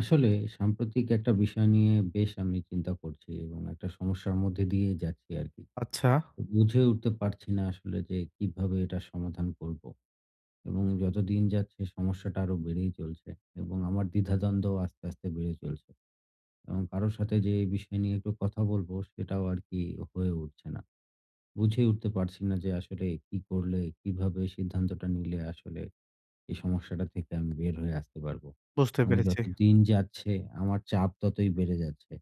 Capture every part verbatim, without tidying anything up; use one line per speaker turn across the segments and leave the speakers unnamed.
আসলে সাম্প্রতিক একটা বিষয় নিয়ে বেশ আমি চিন্তা করছি এবং একটা সমস্যার মধ্যে দিয়ে যাচ্ছি আর কি।
আচ্ছা,
তো বুঝে উঠতে পারছি না আসলে যে কিভাবে এটা সমাধান করব। এবং যতদিন যাচ্ছে সমস্যাটা আরো বেড়েই চলছে এবং আমার দ্বিধাদ্বন্দ্ব আস্তে, আস্তে বেড়ে চলছে। এবং কারো সাথে যে এই বিষয় নিয়ে একটু কথা বলব সেটাও আর কি হয়ে উঠছে না। বুঝে উঠতে পারছি না যে আসলে কি করলে, কিভাবে সিদ্ধান্তটা নিলে আসলে এই সমস্যাটা থেকে আমি বের হয়ে আসতে পারবো।
বুঝতে
এবং
পেরেছি।
যত দিন যাচ্ছে আমার চাপ ততই বেড়ে যাচ্ছে।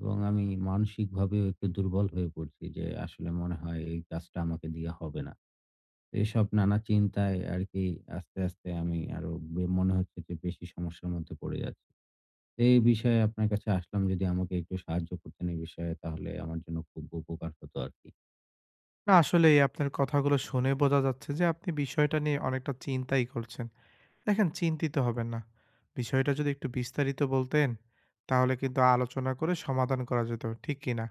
এবং আমি মানসিকভাবেও একটু দুর্বল হয়ে পড়ছি যে আসলে মনে হয় এই কাজটা আমাকে দিয়ে হবে না। তো এসব নানা চিন্তায় আরকি আস্তে, আস্তে আমি আরো বে মনে হচ্ছে যে বেশি সমস্যার মধ্যে পড়ে যাচ্ছি। তো এই বিষয়ে আপনার কাছে আসলাম যদি আমাকে একটু সাহায্য করতেন এই বিষয়ে তাহলে আমার জন্য খুব উপকার হতো আরকি।
না আসলেই আপনার কথাগুলো শুনে বোঝা যাচ্ছে যে আপনি বিষয়টা নিয়ে অনেকটা চিন্তাই করছেন। দেখেন চিন্তিত হবেন না। বিষয়টা যদি একটু বিস্তারিত বলতেন, তাহলে কিন্তু আলোচনা করে সমাধান করা যেত। ঠিক কি না?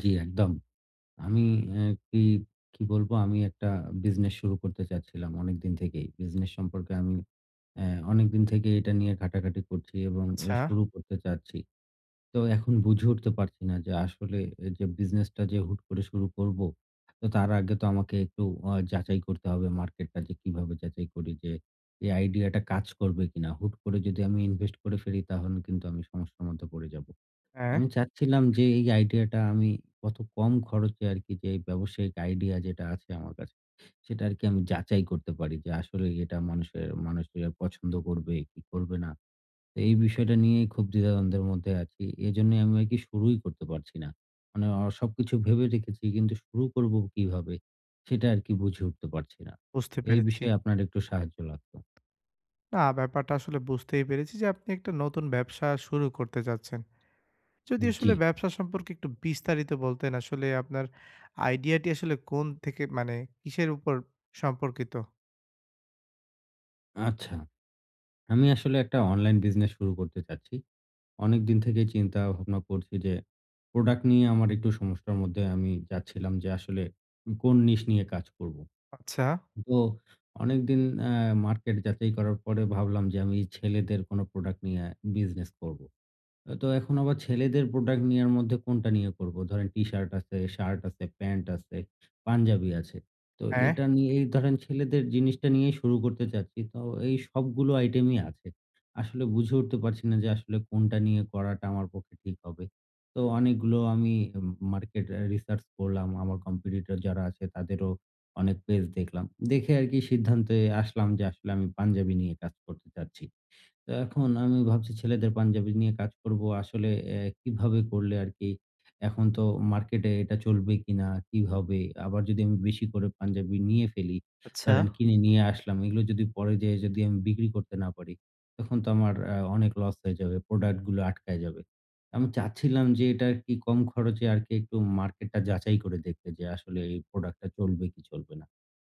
জি, একদম। আমি অ্যা কি, কি বলব? আমি একটা বিজনেস শুরু করতে চাচ্ছিলাম অনেকদিন থেকেই। বিজনেস সম্পর্কে আমি অ্যা অনেকদিন থেকে এটা নিয়ে ঘাটাঘাটি করছি এবং অ
আচ্ছা,
শুরু করতে চাচ্ছি। তো এখন বুঝে উঠতে পারছি না যে আসলে এ যে বিজনেসটা যে হুট করে শুরু করব, তো তার আগে তো আমাকে একটু অ যাচাই করতে হবে মার্কেটটা যে কিভাবে যাচাই করি যে এই আইডিয়াটা কাজ করবে কিনা? হুট করে যদি আমি ইনভেস্ট করে ফেলি তাহলে কিন্তু আমি সমস্যার মধ্যে পড়ে যাব।
হ্যাঁ,
আমি চাচ্ছিলাম যে এই আইডিয়াটা আমি কত কম খরচে আরকি যে এই ব্যবসায়িক আইডিয়া যেটা আছে আমার কাছে, সেটা আরকি আমি যাচাই করতে পারি যে আসলে এটা মানুষের মানুষেরা পছন্দ করবে কি করবে না। তো এই বিষয়টা নিয়েই খুব দ্বিধাদ্বন্দ্বের মধ্যে আছি। এজন্যই আমি আরকি শুরুই করতে পারছি না। মানে অ সবকিছু ভেবে রেখেছি কিন্তু শুরু করব কিভাবে সেটা আরকি বুঝে উঠতে পারছি না।
বুঝতে
এই
পেরেছি।
বিষয়ে আপনার একটু সাহায্য লাগতো।
না ব্যাপারটা আসলে বুঝতেই পেরেছি যে আপনি একটা নতুন ব্যবসা শুরু করতে চাচ্ছেন। যদি
জি,
আসলে ব্যবসা সম্পর্কে একটু বিস্তারিত বলতেন আসলে আপনার আইডিয়াটি আসলে কোন থেকে মানে কিসের উপর সম্পর্কিত?
আচ্ছা। আমি আসলে একটা অনলাইন বিজনেস শুরু করতে চাচ্ছি। অনেক দিন থেকেই চিন্তা ভাবনা করছি যে প্রোডাক্ট নিয়ে আমার একটু সমস্যার মধ্যে আমি যাচ্ছিলাম যে আসলে কোন নিশ নিয়ে কাজ করব।
আচ্ছা,
তো অনেকদিন আহ, মার্কেট যাচাই করার পরে ভাবলাম যে আমি ছেলেদের কোনো প্রোডাক্ট নিয়ে বিজনেস করব। আ তো এখন আবার ছেলেদের প্রোডাক্ট নেয়ার মধ্যে কোনটা নিয়ে করব? ধরেন টি-শার্ট আছে, শার্ট আছে, প্যান্ট আছে, পাঞ্জাবি আছে। তো
হ্যাঁ,
এটা নিয়ে এই ধরেন ছেলেদের জিনিসটা নিয়েই শুরু করতে চাচ্ছি। তো এই সবগুলো আইটেমই আছে। আসলে বুঝে উঠতে পারছি না যে আসলে কোনটা নিয়ে করাটা আমার পক্ষে ঠিক হবে। তো অনেকগুলো আমি উম মার্কেট আ রিসার্চ করলাম। আমার কম্পিটিটর যারা আছে তাদেরও অনেক পেজ দেখলাম। দেখে আরকি সিদ্ধান্তে আসলাম যে আসলে আমি পাঞ্জাবি নিয়ে কাজ করতে চাচ্ছি। তো এখন আমি ভাবছি ছেলেদের পাঞ্জাবি নিয়ে কাজ করব। আসলে অ্যা কিভাবে করলে আরকি এখন তো মার্কেটে এটা চলবে কিনা? কিভাবে? আবার যদি আমি বেশি করে পাঞ্জাবি নিয়ে ফেলি,
আচ্ছা।
ধরেন কিনে নিয়ে আসলাম। এগুলো যদি পরে যেয়ে যদি আমি বিক্রি করতে না পারি, তখন তো আমার আ অনেক লস হয়ে যাবে। প্রোডাক্ট গুলো আটকায় যাবে। আমি চাচ্ছিলাম যে এটা আরকি কম খরচে আরকি একটু মার্কেটটা যাচাই করে দেখতে যে আসলে এই প্রোডাক্টটা চলবে কি চলবে না।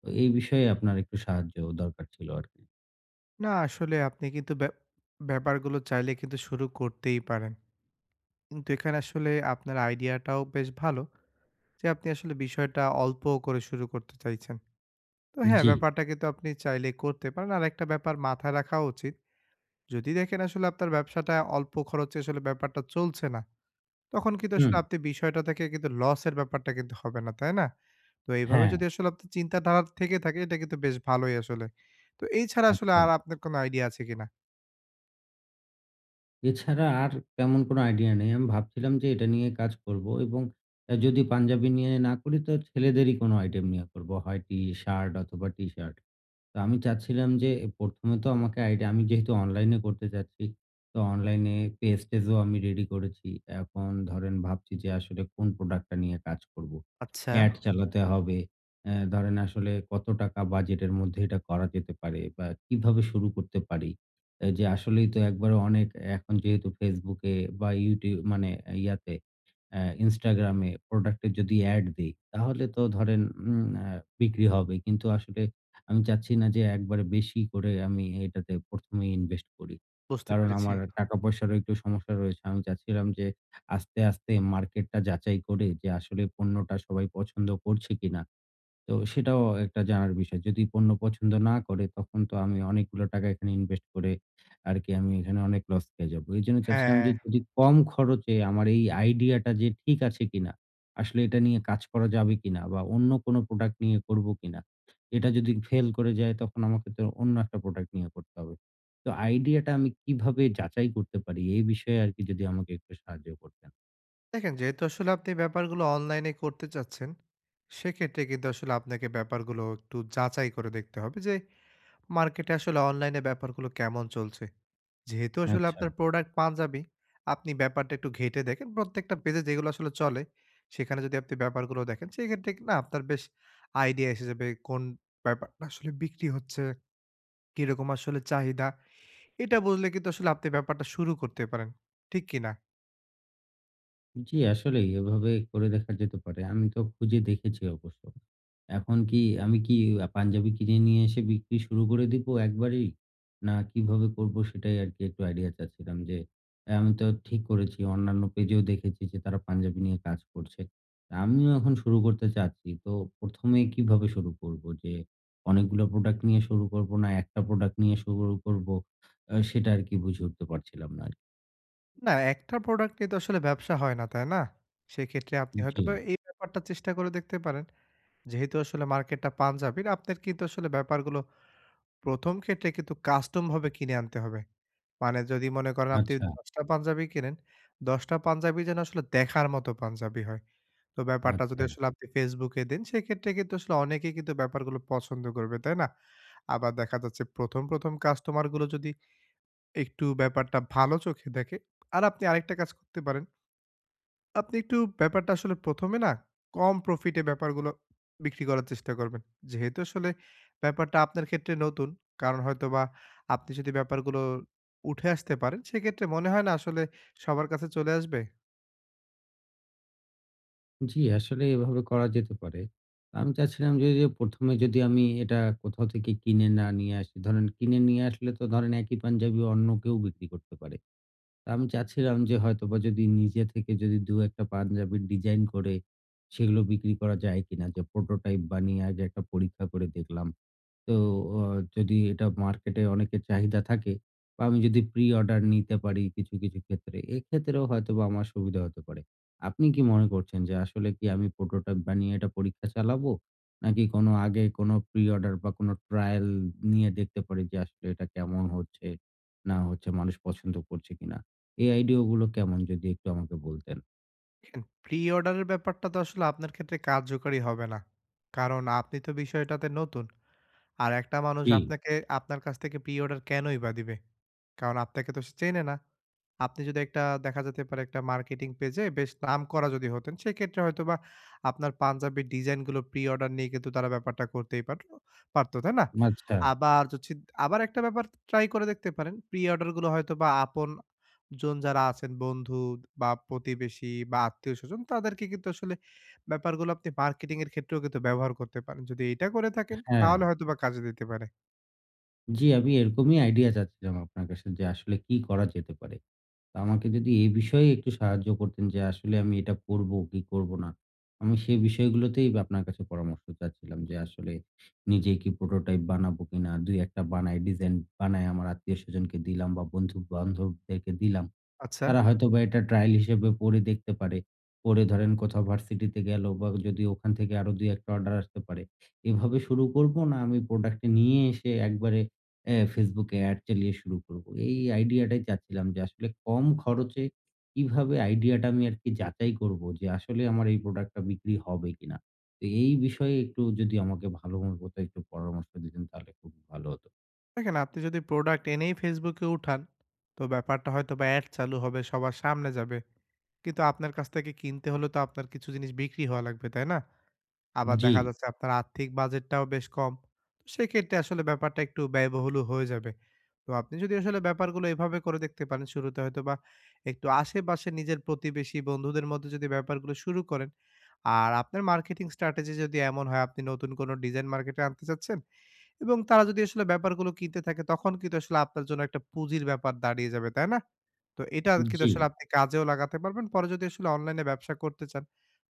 তো এই বিষয়ে আপনার একটু সাহায্য দরকার ছিল আরকি।
না আসলে আপনি কিন্তু ব্যা ব্যাপারগুলো চাইলে কিন্তু শুরু করতেই পারেন। কিন্তু এখানে আসলে আপনার আইডিয়াটাও বেশ ভালো যে আপনি আসলে বিষয়টা অল্প করে শুরু করতে চাইছেন। তো হ্যাঁ,
জি,
ব্যাপারটা কিন্তু আপনি চাইলে করতে পারেন। আরেকটা ব্যাপার মাথায় রাখা উচিত। যদি দেখেন আসলে আপনার ব্যবসাটা অল্প খরচে আসলে ব্যাপারটা চলছে না, তখন কিন্তু আসলে
হুম।
আপনি বিষয়টা থেকে কিন্তু লসের ব্যাপারটা কিন্তু হবে না, তাই না? তো এইভাবে
হ্যাঁ,
যদি আসলে আপনার চিন্তাধারা থেকে থাকে এটা কিন্তু বেশ ভালোই আসলে। তো এই ছাড়া আসলে
আচ্ছা।
আর আপনার কোনো আইডিয়া আছে কিনা?
এছাড়া আর তেমন কোনো আইডিয়া নেই। আমি ভাবছিলাম যে এটা নিয়ে কাজ করব এবং অ্যা যদি পাঞ্জাবি নিয়ে না করি তো ছেলেদেরই কোনো আইটেম নিয়ে করব। হয় টি-শার্ট অথবা টি-শার্ট। তো আমি চাচ্ছিলাম যে, প্রথম এ তো আমাকে আইডিয়া আমি যেহেতু অনলাইনে করতে চাচ্ছি, তো অনলাইনে পেজ টেজও আমি রেডি করেছি। এখন ধরেন ভাবছি যে আসলে কোন প্রোডাক্টটা নিয়ে কাজ করব।
আচ্ছা।
অ্যাড আচ্ছা। চালাতে হবে। অ্যা ধরেন আসলে কত টাকা বাজেটের মধ্যে এটা করা যেতে পারে বা কিভাবে শুরু করতে পারি? অ্যা যে আসলেই তো একবারে অনেক এখন যেহেতু Facebook এ বা YouTube মানে ইয়াতে অ্যা Instagram এ প্রোডাক্টের যদি অ্যাড দেই, তাহলে তো ধরেন উম আ বিক্রি হবে। কিন্তু আসলে আমি চাচ্ছি না যে একবারে বেশি করে আমি এটাতে প্রথম এই ইনভেস্ট করি।
বুঝতে
কারণ
পেরেছি।
আমার টাকা-পয়সারও একটু সমস্যা রয়েছে। আমি চাচ্ছিলাম যে আস্তে, আস্তে মার্কেটটা যাচাই করে যে আসলে পণ্যটা সবাই পছন্দ করছে কিনা? তো সেটাও একটা জানার বিষয়। যদি পণ্য পছন্দ না করে তখন তো আমি অনেকগুলো টাকা এখানে ইনভেস্ট করে আরকি আমি এখানে অনেক লস খেয়ে যাবো। এজন্য চাচ্ছিলাম
হ্যাঁ,
যে যদি কম খরচে আমার এই আইডিয়াটা যে ঠিক আছে কিনা? আসলে এটা নিয়ে কাজ করা যাবে কিনা? বা অন্য কোনো প্রোডাক্ট নিয়ে করব কিনা? এটা যদি ফেল করে যায় তখন আমাকে তো অন্য একটা প্রোডাক্ট নিয়ে করতে হবে। তো আইডিয়াটা আমি কিভাবে যাচাই করতে পারি? এই বিষয়ে আরকি যদি আমাকে একটু সাহায্য করতেন।
দেখেন যেহেতু আসলে আপনি ব্যাপারগুলো অনলাইনে করতে চাচ্ছেন, সেক্ষেত্রে কিন্তু আসলে আপনাকে ব্যাপারগুলো একটু যাচাই করে দেখতে হবে যে, মার্কেটে আসলে অনলাইনে ব্যাপারগুলো কেমন চলছে। যেহেতু আসলে
আচ্ছা।
আপনার প্রোডাক্ট পাঞ্জাবি, আপনি ব্যাপারটা একটু ঘেঁটে দেখেন। প্রত্যেকটা পেজে যেগুলো আসলে চলে, সেখানে যদি আপনি ব্যাপারগুলো দেখেন, সেক্ষেত্রে না আপনার বেশ আইডিয়া এসে যাবে কোন ব্যাপারটা আসলে বিক্রি হচ্ছে, কিরকম আসলে চাহিদা। এটা বুঝলে কিন্তু আসলে আপনি ব্যাপারটা শুরু করতে পারেন। ঠিক কি না?
জি, আসলেই এভাবে করে দেখা যেতে পারে। আমি তো খুঁজে দেখেছি অবশ্য। এখন কি আমি কি আ পাঞ্জাবি কিনে নিয়ে এসে বিক্রি শুরু করে দিব একবারেই? না কিভাবে করব সেটাই আরকি একটু আইডিয়া চাচ্ছিলাম যে, আ আমি তো ঠিক করেছি অন্যান্য পেজেও দেখেছি যে তারা পাঞ্জাবি নিয়ে কাজ করছে। তা আমিও এখন শুরু করতে চাচ্ছি। তো প্রথম এ কিভাবে শুরু করব? যে অনেকগুলো প্রোডাক্ট নিয়ে শুরু করব না একটা প্রোডাক্ট নিয়ে শুরু করব? আ সেটা আরকি বুঝে উঠতে পারছিলাম না আরকি।
না, একটা প্রোডাক্ট নিয়ে তো আসলে ব্যবসা হয় না, তাই না? সেক্ষেত্রে আপনি
জি,
হয়তোবা এই ব্যাপারটা চেষ্টা করে দেখতে পারেন। যেহেতু আসলে মার্কেটটা পাঞ্জাবির, আপনার কিন্তু আসলে ব্যাপারগুলো প্রথম ক্ষেত্রে কিন্তু কাস্টম ভাবে কিনে আনতে হবে। মানে যদি মনে করেন আপনি
আচ্ছা,
দশ টা পাঞ্জাবি কিনেন, দশ টা পাঞ্জাবি যেন আসলে দেখার মতো পাঞ্জাবি হয়। তো ব্যাপারটা যদি
আচ্ছা।
আসলে আপনি Facebook এ দেন, সেক্ষেত্রে কিন্তু আসলে অনেকেই কিন্তু ব্যাপারগুলো পছন্দ করবে, তাই না? আবার দেখা যাচ্ছে ১ম, ১ম কাস্টমারগুলো যদি একটু ব্যাপারটা ভালো চোখে দেখে আর আপনি আরেকটা কাজ করতে পারেন আপনি একটু ব্যাপারটা আসলে প্রথমে না কম প্রফিটে ব্যাপারগুলো বিক্রি করার চেষ্টা করবেন। যেহেতু আসলে ব্যাপারটা আপনার ক্ষেত্রে নতুন, কারণ হয়তোবা আপনি যদি ব্যাপারগুলো উঠে আসতে পারেন, সেক্ষেত্রে মনে হয় না আসলে সবার কাছে চলে আসবে।
জি, আসলে এভাবে করা যেতে পারে। আমি চাচ্ছিলাম যে, যে প্রথম এ যদি আমি এটা কোথাও থেকে কিনে না নিয়ে আসি। ধরেন কিনে নিয়ে আসলে তো ধরেন একই পাঞ্জাবি অন্য কেউ বিক্রি করতে পারে। তো আমি চাচ্ছিলাম যে হয়তোবা যদি নিজে থেকে যদি দুই-এক টা পাঞ্জাবির ডিজাইন করে সেগুলো বিক্রি করা যায় কিনা? যে প্রোটোটাইপ বানিয়ে আগে একটা পরীক্ষা করে দেখলাম। তো অ যদি এটা মার্কেটে অনেকের চাহিদা থাকে বা আমি যদি প্রি অর্ডার নিতে পারি কিছু, কিছু ক্ষেত্রে, এক্ষেত্রেও হয়তোবা আমার সুবিধা হতে পারে। আপনি কি মনে করছেন যে আসলে কি আমি প্রোটোটাইপ বানিয়ে এটা পরীক্ষা চালাবো? নাকি কোনো আগে কোনো প্রি অর্ডার বা কোনো ট্রায়াল নিয়ে দেখতে পারি যে আসলে এটা কেমন হচ্ছে না হচ্ছে, মানুষ পছন্দ করছে কিনা? এই আইডিয়া গুলো কেমন যদি একটু আমাকে বলতেন?
দেখেন প্রি-অর্ডারের ব্যাপারটা তো আসলে আপনার ক্ষেত্রে কার্যকরী হবে না। কারণ আপনি তো বিষয়টাতে নতুন। আর একটা মানুষ
জি,
আপনাকে আপনার কাছ থেকে প্রি অর্ডার কেনই বা দিবে? কারণ আপনাকে তো সে চেনে না। আপনি যদি একটা দেখা যেতে পারে একটা মার্কেটিং পেজে বেশ নাম করা যদি হতেন, সেক্ষেত্রে হয়তোবা আপনার পাঞ্জাবির ডিজাইনগুলো প্রি অর্ডার নিয়ে কিন্তু তারা ব্যাপারটা করতেই পারতো পারতো, তাই না?
আচ্ছা।
আবার হচ্ছে আবার একটা ব্যাপার ট্রাই করে দেখতে পারেন। প্রি অর্ডারগুলো হয়তোবা আপনজন যারা আছেন বন্ধু বা প্রতিবেশী বা আত্মীয়স্বজন তাদেরকে কিন্তু আসলে ব্যাপারগুলো আপনি মার্কেটিং এর ক্ষেত্রেও কিন্তু ব্যবহার করতে পারেন। যদি এটা করে থাকেন
হ্যাঁ।
তাহলে হয়তোবা কাজে দিতে পারে।
জি, আমি এরকমই আইডিয়া চাচ্ছিলাম আপনার কাছে যে আসলে কি করা যেতে পারে? আমাকে যদি এ বিষয়ে একটু সাহায্য করতেন যে আসলে আমি এটা করব কি করব না। আমি সেই বিষয়গুলোতেই বা আপনার কাছে পরামর্শ চাচ্ছিলাম যে আসলে নিজেই কি প্রোটোটাইপ বানাবো কিনা? দুই এক টা বানাই ডিজাইন বানায় আমার আত্মীয়স্বজনকে দিলাম বা বন্ধু-বান্ধবদেরকে দিলাম।
আচ্ছা।
তারা হয়তোবা এটা ট্রায়াল হিসেবে পড়ে দেখতে পারে। পড়ে ধরেন কোথাও ভার্সিটিতে গেল বা যদি ওখান থেকে আরো দুই-এক টা অর্ডার আসতে পারে। এভাবে শুরু করব না আমি প্রোডাক্টটা নিয়ে এসে একবারে অ্যা Facebook এ অ্যাড চালিয়ে শুরু করব। এই আইডিয়াটাই চাচ্ছিলাম যে আসলে কম খরচে কিভাবে আইডিয়াটা আমি আরকি যাচাই করব যে আসলে আমার এই প্রোডাক্টটা বিক্রি হবে কিনা? তো এই বিষয়ে একটু যদি আমাকে ভালো মতো একটু পরামর্শ দিতেন তাহলে খুব ভালো হতো।
দেখেন আপনি যদি প্রোডাক্ট এনেই Facebook এ উঠান, তো ব্যাপারটা হয়তোবা অ্যাড চালু হবে, সবার সামনে যাবে। কিন্তু আপনার কাছ থেকে কিনতে হলে তো আপনার কিছু জিনিস বিক্রি হওয়া লাগবে, তাই না? আবার
জি,
দেখা যাচ্ছে আপনার আর্থিক বাজেটটাও বেশ কম। তো সেক্ষেত্রে আসলে ব্যাপারটা একটু ব্যয়বহুলও হয়ে যাবে। তো আপনি যদি আসলে ব্যাপারগুলো এভাবে করে দেখতে পারেন শুরুতে হয়তোবা একটু আশেপাশে নিজের প্রতিবেশী বন্ধুদের মধ্যে যদি ব্যাপারগুলো শুরু করেন, আর আপনার মার্কেটিং স্ট্র্যাটেজি যদি এমন হয় আপনি নতুন কোনো ডিজাইন মার্কেটে আনতে চাচ্ছেন এবং তারা যদি আসলে ব্যাপারগুলো কিনতে থাকে তখন কিন্তু আসলে আপনার জন্য একটা পুঁজির ব্যাপার দাঁড়িয়ে যাবে, তাই না? তো এটা কিন্তু
জি,
আসলে আপনি কাজেও লাগাতে পারবেন। পরে যদি আসলে অনলাইনে ব্যবসা করতে চান,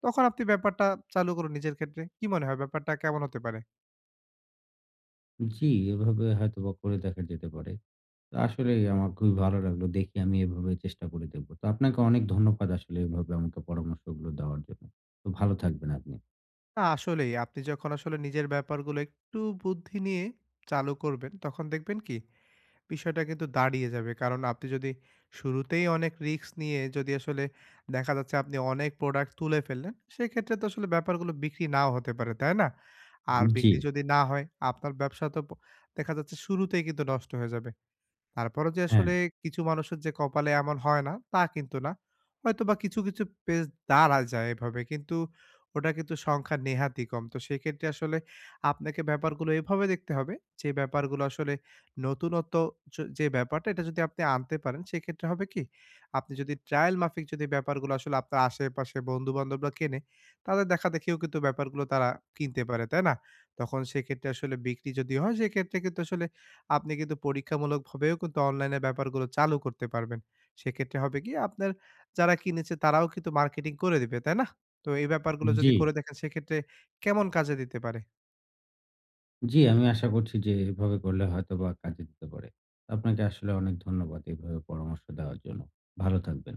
তখন আপনি ব্যাপারটা চালু করুন নিজের ক্ষেত্রে। কি মনে হয় ব্যাপারটা কেমন হতে পারে?
জি এভাবে হয়তোবা করে দেখা যেতে পারে। আসলেই আমার খুবই ভালো লাগলো। দেখি আমি এভাবে চেষ্টা করে দেখব। তো আপনাকে অনেক ধন্যবাদ আসলে এভাবে আমাকে পরামর্শগুলো দেওয়ার জন্য। তো ভালো থাকবেন আপনি।
না আসলেই আপনি যখন আসলে নিজের ব্যাপারগুলো একটু বুদ্ধি নিয়ে চালু করবেন, তখন দেখবেন কি বিষয়টা কিন্তু দাঁড়িয়ে যাবে। কারণ আপনি যদি শুরুতেই অনেক রিস্ক নিয়ে যদি আসলে দেখা যাচ্ছে আপনি অনেক প্রোডাক্ট তুলে ফেললেন, সেক্ষেত্রে তো আসলে ব্যাপারগুলো বিক্রি নাও হতে পারে, তাই না? আর
জি,
বিক্রি যদি না হয়, আপনার ব্যবসা তো প দেখা যাচ্ছে শুরুতেই কিন্তু নষ্ট হয়ে যাবে। তারপরও যে
হ্যাঁ।
আসলে কিছু মানুষের যে কপালে এমন হয় না, তা কিন্তু না। হয়তোবা কিছু, কিছু পেজ দাঁড়ায় যায় এভাবে। কিন্তু ওটা কিন্তু সংখ্যা নেহাতই কম। তো সেক্ষেত্রে আসলে আপনাকে ব্যাপারগুলো এভাবে দেখতে হবে যে ব্যাপারগুলো আসলে নতুনত্ব য যে ব্যাপারটা এটা যদি আপনি আনতে পারেন সেক্ষেত্রে হবে কি? আপনি যদি ট্রায়াল মাফিক যদি ব্যাপারগুলো আসলে আপনার আশেপাশে বন্ধু-বান্ধবরা কেনে, তাদের দেখা দেখেও কিন্তু ব্যাপারগুলো তারা কিনতে পারে, তাই না? তখন সেক্ষেত্রে আসলে বিক্রি যদি হয় সেক্ষেত্রে কিন্তু আসলে আপনি কিন্তু পরীক্ষামূলকভাবেও কিন্তু অনলাইনের ব্যাপারগুলো চালু করতে পারবেন। সেক্ষেত্রে হবে কি আপনার যারা কিনেছে তারাও কিন্তু মার্কেটিং করে দিবে, তাই না? তো এই ব্যাপারগুলো যদি
জি,
করে দেখেন সেক্ষেত্রে কেমন কাজে দিতে পারে?
জি আমি আশা করছি যে এভাবে করলে হয়তোবা কাজে দিতে পারে। আপনাকে আসলে অনেক ধন্যবাদ এভাবে পরামর্শ দেওয়ার জন্য। ভালো থাকবেন।